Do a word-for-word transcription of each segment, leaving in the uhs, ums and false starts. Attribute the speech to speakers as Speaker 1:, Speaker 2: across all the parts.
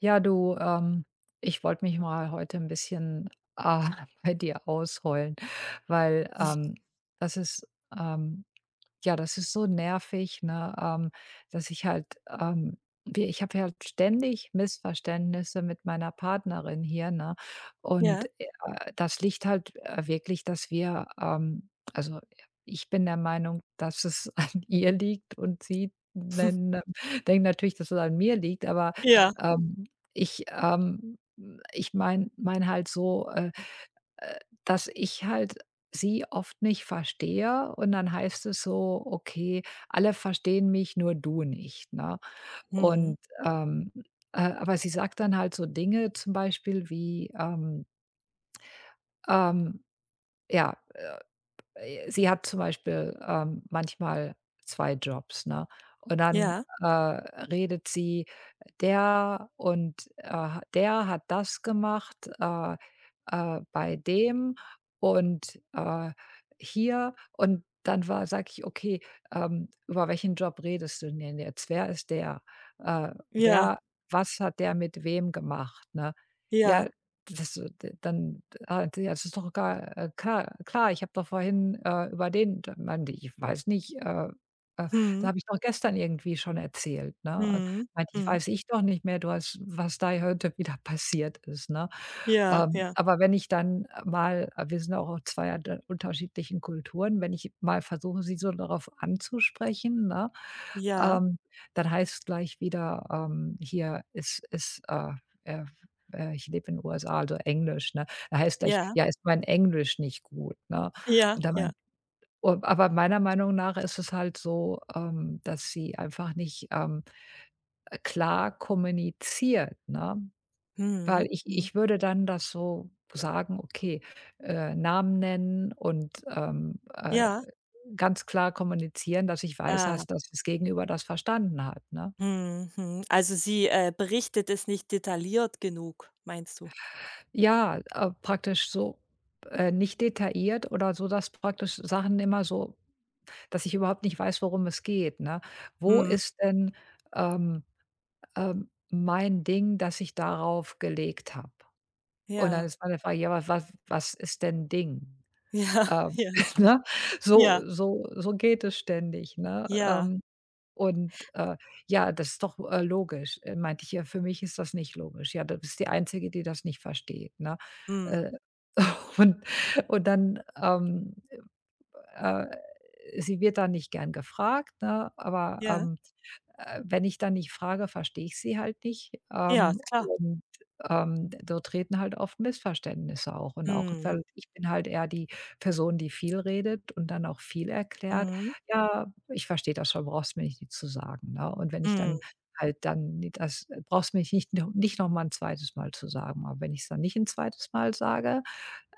Speaker 1: Ja, du, ähm, ich wollte mich mal heute ein bisschen, ah, bei dir ausheulen, weil, ähm, das ist, ähm ja, das ist so nervig, ne, ähm, dass ich halt, ähm wir ich habe halt ständig Missverständnisse mit meiner Partnerin hier, ne? Und,
Speaker 2: Ja.
Speaker 1: äh, Das liegt halt, äh, wirklich, dass wir, ähm also, ich bin der Meinung, dass es an ihr liegt, und sie nen denkt natürlich, dass es an mir liegt, aber,
Speaker 2: Ja.
Speaker 1: ähm, ich, ähm ich meine mein halt so, äh äh, dass ich halt sie oft nicht verstehe, und dann heißt es so: „Okay, alle verstehen mich, nur du nicht“, ne?
Speaker 2: Mhm.
Speaker 1: Und, ähm, äh, aber sie sagt dann halt so Dinge zum Beispiel wie, ähm, ähm, ja, äh äh, sie hat zum Beispiel, ähm, manchmal zwei Jobs, ne? Und dann,
Speaker 2: Ja.
Speaker 1: äh, redet sie: „Der und, äh, der hat das gemacht, äh, äh, bei dem und, äh, hier.“ Und dann war sage ich: „Okay, ähm, über welchen Job redest du denn jetzt? Wer ist der? Äh,
Speaker 2: Ja.
Speaker 1: wer was hat der mit wem gemacht“, ne? Ja,
Speaker 2: Ja.
Speaker 1: das dann Ah, ja, das ist doch gar äh, klar klar. Ich habe doch vorhin, äh, über den d meinte ich ich weiß nicht, äh, äh, da
Speaker 2: Mhm.
Speaker 1: habe ich doch gestern irgendwie schon erzählt, ne? Und
Speaker 2: Mhm.
Speaker 1: meinte ich:
Speaker 2: Mhm.
Speaker 1: „Weiß ich doch nicht mehr, du hast was da heute wieder passiert ist“, ne?
Speaker 2: Ja,
Speaker 1: Ähm,
Speaker 2: ja.
Speaker 1: aber wenn ich dann mal äh, wir sind auch aus zwei unter unterschiedlichen Kulturen, wenn ich mal versuche, sie so darauf anzusprechen, ne,
Speaker 2: Ja.
Speaker 1: ähm, dann heißt es gleich wieder, ähm, hier ist ist, äh, äh, äh, ich lebe in den U S A, also Englisch, ne? Da heißt gleich:
Speaker 2: Ja.
Speaker 1: „Ja, ist mein Englisch nicht gut“, ne?
Speaker 2: Ja,
Speaker 1: Und da
Speaker 2: ja.
Speaker 1: mein u Aber meiner Meinung nach ist es halt so, ähm, dass sie einfach nicht, ähm, klar kommuniziert, ne? Weil
Speaker 2: Mhm.
Speaker 1: ich
Speaker 2: Mhm.
Speaker 1: ich würde dann das so sagen, okay, äh, Namen nennen und, ähm, äh,
Speaker 2: Ja.
Speaker 1: ganz klar kommunizieren, dass ich weiß,
Speaker 2: Ah.
Speaker 1: dass dass das Gegenüber das verstanden hat, ne?
Speaker 2: Mhm, mhm. Also, sie, äh, berichtet es nicht detailliert genug, meinst du?
Speaker 1: Ja, äh, praktisch so, äh, nicht detailliert oder so, dass praktisch Sachen immer so dass ich überhaupt nicht weiß, worum es geht, ne? Wo
Speaker 2: Mhm.
Speaker 1: ist denn, ähm, ähm, mein Ding, das ich darauf gelegt habe? Und dann
Speaker 2: Ja.
Speaker 1: ist meine Frage: „Ja, was was was ist denn Ding?“
Speaker 2: Ja,
Speaker 1: Ähm,
Speaker 2: ja,
Speaker 1: ne? So
Speaker 2: ja,
Speaker 1: so so geht es ständig, ne?
Speaker 2: ja.
Speaker 1: Ähm, und, äh, ja, das ist doch, äh, logisch. Äh, meinte ich: „Ja, für mich ist das nicht logisch.“ „Ja, du bist die Einzige, die das nicht versteht“, ne?
Speaker 2: Mhm.
Speaker 1: Äh, und und dann, ähm, äh sie wird dann nicht gern gefragt, ne? Aber,
Speaker 2: Ja.
Speaker 1: ähm äh, wenn ich dann nicht frage, verstehe ich sie halt nicht.
Speaker 2: Ja,
Speaker 1: Ähm,
Speaker 2: ist klar.
Speaker 1: und, ähm, so treten halt oft Missverständnisse auch, und auch
Speaker 2: Mhm.
Speaker 1: weil ich bin halt eher die Person, die viel redet und dann auch viel erklärt.
Speaker 2: Mhm.
Speaker 1: „Ja, ich verstehe das schon, brauchst mir nicht nicht zu sagen“, ne? Und wenn ich
Speaker 2: Mhm.
Speaker 1: dann halt dann nie- das brauchst mir nicht noch nicht noch mal 'n zweites Mal zu sagen. Aber wenn ich es dann nicht ein zweites Mal sage,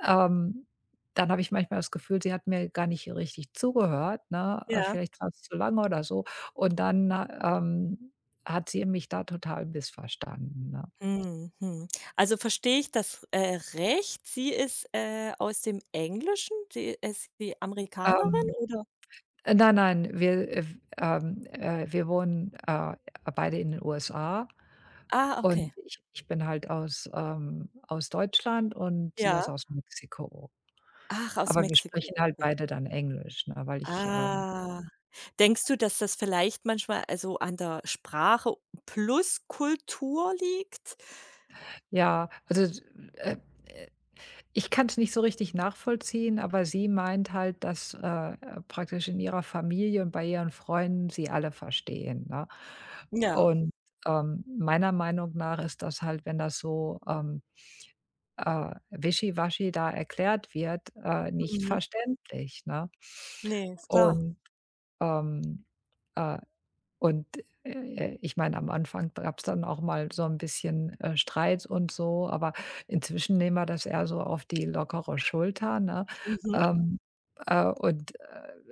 Speaker 1: ähm, dann habe ich manchmal das Gefühl, sie hat mir gar nicht richtig zugehört, ne? Äh,
Speaker 2: Ja.
Speaker 1: vielleicht war's zu lange oder so. Und dann, äh, ähm, hat sie mich da total missverstanden, ne?
Speaker 2: Mhm, mhm. Also, verstehe ich das, äh, recht? Sie ist, äh, aus dem Englischen? Sie ist die Amerikanerin
Speaker 1: Ähm,
Speaker 2: oder
Speaker 1: äh, nein, nein, wir, äh, ähm, äh, wir wohnen, äh, beide in den U S A,
Speaker 2: ah,
Speaker 1: und
Speaker 2: okay.
Speaker 1: ich ich bin halt aus, ähm aus Deutschland, und sie ist
Speaker 2: Ja.
Speaker 1: aus Mexiko.
Speaker 2: Ach, aus
Speaker 1: Aber wir
Speaker 2: Mexiko,
Speaker 1: sprechen halt
Speaker 2: okay.
Speaker 1: beide dann Englisch, ne, weil ich, ähm
Speaker 2: Ah. Denkst du, dass das vielleicht manchmal, also, an der Sprache plus Kultur liegt?
Speaker 1: ja, also, äh ich kann es nicht so richtig nachvollziehen, aber sie meint halt, dass, äh, praktisch in ihrer Familie und bei ihren Freunden sie alle verstehen, ne?
Speaker 2: Ja.
Speaker 1: Und, ähm, meiner Meinung nach ist das halt, wenn das so, ähm, äh, wischiwaschi da erklärt wird, äh, nicht
Speaker 2: Mhm.
Speaker 1: verständlich, ne?
Speaker 2: Ne, ist klar.
Speaker 1: Und, ähm, äh und, äh, Ich meine, am Anfang gab es dann auch mal so ein bisschen, äh, Streit und so, aber inzwischen nehmen wir das eher so auf die lockere Schulter, ne?
Speaker 2: Mhm.
Speaker 1: Ähm, äh, und,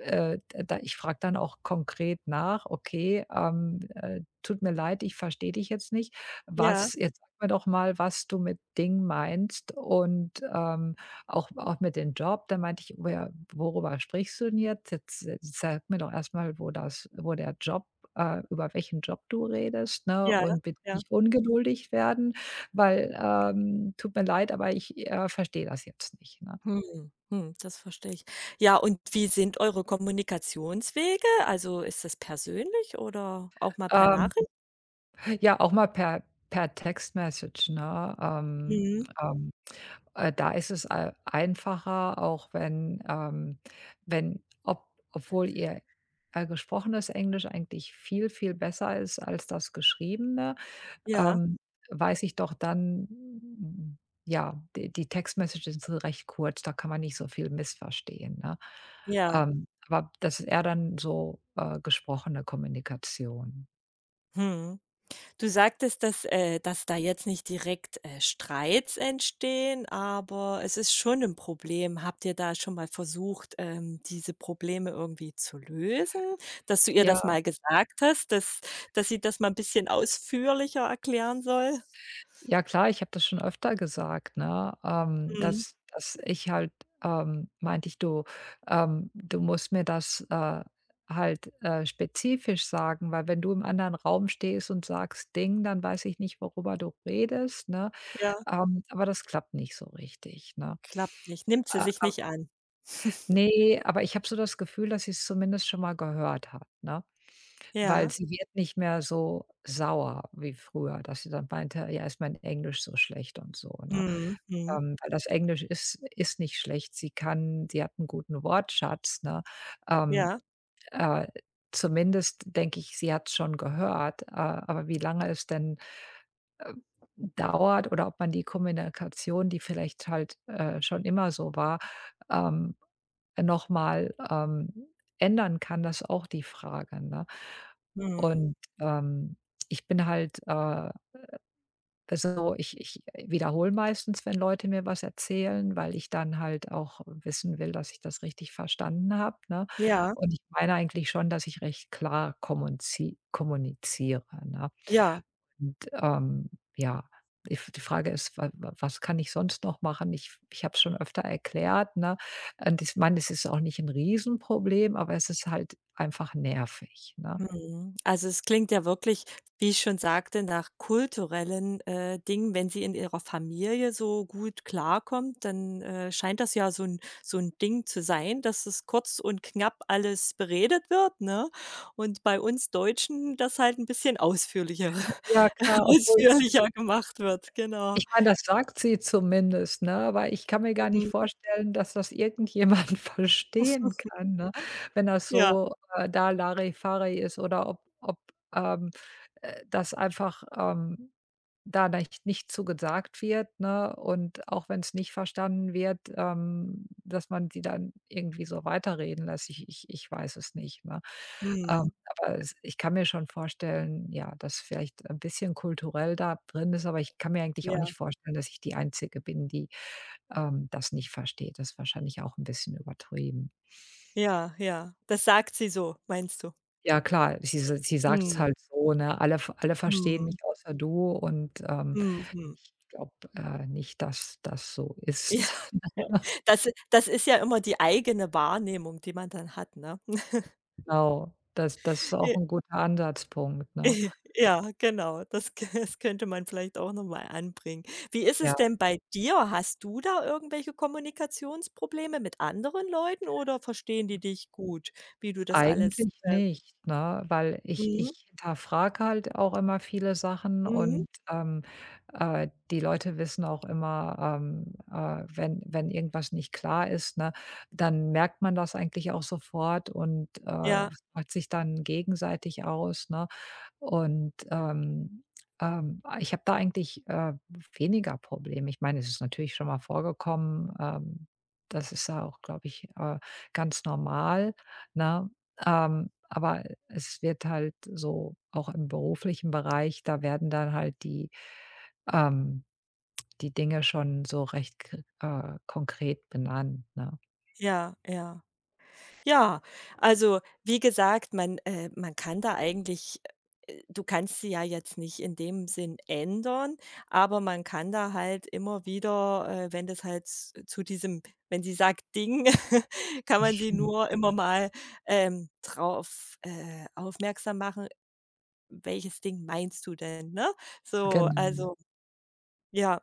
Speaker 1: äh, äh, Da ich frage dann auch konkret nach: „Okay, ähm, äh, tut mir leid, ich verstehe dich jetzt nicht.
Speaker 2: Ja,
Speaker 1: Was jetzt Sag mir doch mal, was du mit Ding meinst, und, ähm, auch auch mit dem Job.“ Dann meinte ich: „Woher Worüber sprichst du denn jetzt? Jetzt, äh, sag mir doch erstmal wo das wo der Job äh, über welchen Job du redest, ne,
Speaker 2: ja,
Speaker 1: und bitte
Speaker 2: ja.
Speaker 1: nicht ungeduldig werden, weil, ähm, tut mir leid, aber ich, äh, verstehe das jetzt nicht, ne?
Speaker 2: Mhm, mhm, das verstehe ich. Ja, und wie sind eure Kommunikationswege? Also, ist das persönlich oder auch mal per
Speaker 1: Ähm,
Speaker 2: Nachricht?
Speaker 1: ja, auch mal per per Textmessage, ne? Ähm,
Speaker 2: Mhm.
Speaker 1: ähm, äh, Da ist es ei einfacher, auch wenn, ähm wenn ob obwohl ihr, äh, gesprochenes Englisch eigentlich viel, viel besser ist als das geschriebene.
Speaker 2: Ja,
Speaker 1: Ähm, weiß ich doch dann mm, Ja, die die Textmessages sind recht kurz, da kann man nicht so viel missverstehen, ne?
Speaker 2: ja.
Speaker 1: Ähm, aber das ist eher dann so, äh, gesprochene Kommunikation.
Speaker 2: Mhm. Du sagtest, dass äh, dass da jetzt nicht direkt, äh, Streits entstehen, aber es ist schon ein Problem. Habt ihr da schon mal versucht, ähm, diese Probleme irgendwie zu lösen, dass du ihr
Speaker 1: Ja,
Speaker 2: das mal gesagt hast, dass dass sie das mal ein bisschen ausführlicher erklären soll?
Speaker 1: ja klar, ich habe das schon öfter gesagt, ne, ähm,
Speaker 2: Mhm,
Speaker 1: dass dass ich halt, ähm meinte ich: „Du, ähm, du musst mir das, äh, halt, äh, spezifisch sagen, weil wenn du im anderen Raum stehst und sagst 'Ding', dann weiß ich nicht, worüber du redest“, ne?
Speaker 2: ja.
Speaker 1: Ähm, aber das klappt nicht so richtig, ne?
Speaker 2: Klappt nicht, nimmt sie
Speaker 1: Äh,
Speaker 2: sich nicht an.
Speaker 1: ne, aber ich habe so das Gefühl, dass sie's zumindest schon mal gehört hat, ne? Weil
Speaker 2: Ja.
Speaker 1: sie wird nicht mehr so sauer wie früher, dass sie dann meinte: „Ja, ist mein Englisch so schlecht“ und so, ne?
Speaker 2: Mhm, mhm.
Speaker 1: Ähm, weil das Englisch ist ist nicht schlecht. Sie kann sie hat 'n guten Wortschatz, ne? Ähm,
Speaker 2: Ja.
Speaker 1: äh, Zumindest denke ich, sie hat's schon gehört, äh, aber wie lange es denn äh, dauert, oder ob man die Kommunikation, die vielleicht halt, äh, schon immer so war, ähm, noch mal, ähm, ändern kann, das ist auch die Frage, ne?
Speaker 2: Mhm.
Speaker 1: Und, ähm, ich bin halt, äh, so ich ich wiederhole meistens, wenn Leute mir was erzählen, weil ich dann halt auch wissen will, dass ich das richtig verstanden habe, ne?
Speaker 2: Ja,
Speaker 1: Und ich meine eigentlich schon, dass ich recht klar kommunzi kommuniziere, ne?
Speaker 2: ja.
Speaker 1: Und, ähm, ja, die F die Frage ist, wa wa was kann ich sonst noch machen? Ich ich habe es schon öfter erklärt, ne? Und ich meine, es ist auch nicht ein Riesenproblem, aber es ist halt einfach nervig, ne?
Speaker 2: Mhm. Also, es klingt ja wirklich, wie ich schon sagte, nach kulturellen, äh, Dingen. Wenn sie in ihrer Familie so gut klarkommt, dann, äh, scheint das ja so ein so ein Ding zu sein, dass es kurz und knapp alles beredet wird, ne? Und bei uns Deutschen das halt ein bisschen ausführlicher
Speaker 1: Ja klar, obwohl
Speaker 2: ausführlicher gemacht wird, genau.
Speaker 1: Ich meine, das sagt sie zumindest, ne, aber ich kann mir gar nicht
Speaker 2: Mhm.
Speaker 1: vorstellen, dass das irgendjemand verstehen kann, ne, wenn das
Speaker 2: Ja.
Speaker 1: so, äh, da Larifari ist. Oder ob ob, ähm, äh, das einfach, ähm Da nicht nicht zu gesagt wird, ne, und auch wenn es nicht verstanden wird, ähm, dass man die dann irgendwie so weiterreden lässt. Ich ich ich weiß es nicht, ne? Ähm,
Speaker 2: Mhm.
Speaker 1: aber es ich kann mir schon vorstellen, ja, dass vielleicht ein bisschen kulturell da drin ist, aber ich kann mir eigentlich auch
Speaker 2: Ja.
Speaker 1: nicht vorstellen, dass ich die Einzige bin, die, ähm, das nicht versteht. Das ist wahrscheinlich auch ein bisschen übertrieben.
Speaker 2: Ja, ja. Das sagt sie so, meinst du?
Speaker 1: Ja klar, sie sie sagt es
Speaker 2: Mhm,
Speaker 1: halt so, ne? Alle alle verstehen mich
Speaker 2: mhm,
Speaker 1: außer du, und, ähm
Speaker 2: mhm.
Speaker 1: ob, äh, nicht, dass das so ist.
Speaker 2: Ja, das das ist ja immer die eigene Wahrnehmung, die man dann hat, ne?
Speaker 1: Genau, das das ist auch
Speaker 2: J
Speaker 1: ein guter Ansatzpunkt, ne?
Speaker 2: ja, genau, das k das könnte man vielleicht auch noch mal anbringen. Wie ist
Speaker 1: Ja.
Speaker 2: es denn bei dir? Hast du da irgendwelche Kommunikationsprobleme mit anderen Leuten oder verstehen die dich gut, wie du das alles
Speaker 1: Eigentlich nicht, ne? Weil ich
Speaker 2: mhm,
Speaker 1: ich hinterfrage halt auch immer viele Sachen,
Speaker 2: mhm.
Speaker 1: und, ähm, äh, die Leute wissen auch immer, ähm, äh, wenn wenn irgendwas nicht klar ist, ne, dann merkt man das eigentlich auch sofort, und, äh,
Speaker 2: Ja,
Speaker 1: fragt sich dann gegenseitig aus, ne? Und, ähm, ähm, ich habe da eigentlich, äh, weniger Probleme. Ich meine, es ist natürlich schon mal vorgekommen, ähm, das ist ja auch, glaube ich, äh, ganz normal, ne? Ähm, aber es wird halt so auch im beruflichen Bereich, da werden dann halt die, ähm, die Dinge schon so recht k äh, konkret benannt, ne?
Speaker 2: ja, ja. Ja, also wie gesagt, man äh, man kann da eigentlich äh, du kannst sie ja jetzt nicht in dem Sinn ändern, aber man kann da halt immer wieder, äh, wenn das halt z zu diesem wenn sie sagt „Ding“, kann man sie
Speaker 1: Mhm.
Speaker 2: nur immer mal, ähm, drauf, äh, aufmerksam machen: „Welches Ding meinst du denn“, ne? So,
Speaker 1: Genau.
Speaker 2: also ja,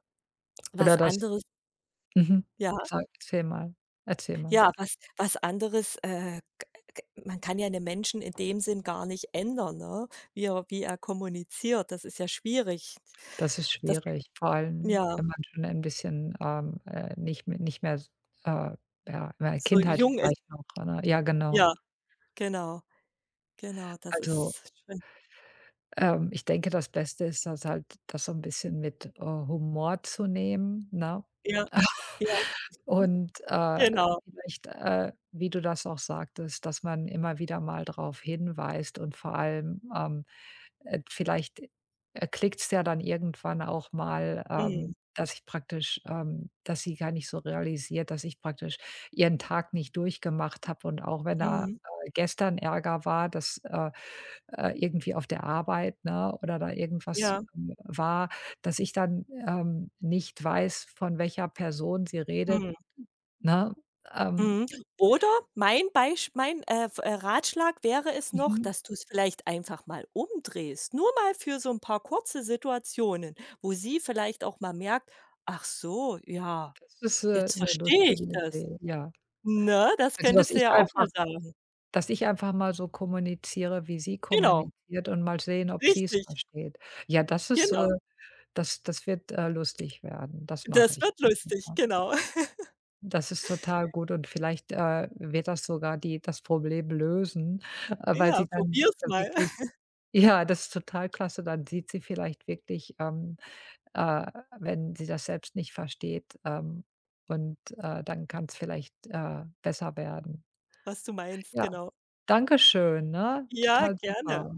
Speaker 2: was
Speaker 1: Oder das
Speaker 2: anderes
Speaker 1: Mhm.
Speaker 2: ja.
Speaker 1: Sag, erzähl mal, erzähl mal.
Speaker 2: Ja, was was anderes, äh, k k man kann ja 'nem Menschen in dem Sinn gar nicht ändern, ne? Wie er wie er kommuniziert, das ist ja schwierig.
Speaker 1: Das ist
Speaker 2: Das
Speaker 1: schwierig, vor allem,
Speaker 2: ja,
Speaker 1: wenn man schon ein bisschen, ähm, äh, nicht m nicht mehr, äh, ja, in der
Speaker 2: so
Speaker 1: Kindheit
Speaker 2: jung ist
Speaker 1: vielleicht noch, ne? Ja, genau.
Speaker 2: ja, genau, genau, das
Speaker 1: Also,
Speaker 2: ist schön.
Speaker 1: Ähm, ich denke, das Beste ist das halt, das so ein bisschen mit, äh, Humor zu nehmen, ne?
Speaker 2: Ja, ja,
Speaker 1: Und, äh,
Speaker 2: genau.
Speaker 1: vielleicht, äh, wie du das auch sagtest, dass man immer wieder mal darauf hinweist, und vor allem, ähm, äh, vielleicht, äh, klickt's ja dann irgendwann auch mal,
Speaker 2: Mhm,
Speaker 1: ähm, dass ich praktisch ähm, dass sie gar nicht so realisiert, dass ich praktisch ihren Tag nicht durchgemacht habe, und auch wenn da,
Speaker 2: mhm,
Speaker 1: äh, gestern Ärger war, dass, äh, äh, irgendwie auf der Arbeit, ne, oder da irgendwas,
Speaker 2: ja,
Speaker 1: ähm, war, dass ich dann, ähm, nicht weiß, von welcher Person sie redet.
Speaker 2: mhm.
Speaker 1: Ne? Ähm,
Speaker 2: Mhm. Oder mein Beisch mein, äh, v äh, Ratschlag wäre es noch,
Speaker 1: mhm.
Speaker 2: dass du's vielleicht einfach mal umdrehst. Nur mal für so 'n paar kurze Situationen, wo sie vielleicht auch mal merkt: „Ach so, ja,
Speaker 1: Das ist, äh,
Speaker 2: jetzt
Speaker 1: 'ne
Speaker 2: verstehe
Speaker 1: lustige
Speaker 2: ich das.“
Speaker 1: Idee, ja.
Speaker 2: Ne, das
Speaker 1: Also, dass
Speaker 2: könntest du
Speaker 1: ich
Speaker 2: ja auch
Speaker 1: einfach
Speaker 2: mal sagen.
Speaker 1: dass ich einfach mal so kommuniziere, wie sie
Speaker 2: Genau,
Speaker 1: kommuniziert, und mal sehen, ob sie's
Speaker 2: richtig,
Speaker 1: versteht. Ja, das ist, äh
Speaker 2: genau.
Speaker 1: das das wird, äh, lustig werden. Das mache
Speaker 2: Das
Speaker 1: ich.
Speaker 2: wird lustig, genau.
Speaker 1: Das ist total gut, und vielleicht, äh, wird das sogar die das Problem lösen, äh, weil
Speaker 2: Ja,
Speaker 1: sie dann
Speaker 2: probier's mal,
Speaker 1: wirklich, ja, das ist total klasse. Dann sieht sie vielleicht wirklich, ähm äh, wenn sie das selbst nicht versteht. Ähm, und, äh, dann kann es vielleicht, äh, besser werden.
Speaker 2: was du meinst,
Speaker 1: Ja,
Speaker 2: genau.
Speaker 1: danke schön, ne?
Speaker 2: Ja,
Speaker 1: Total
Speaker 2: gerne.
Speaker 1: super.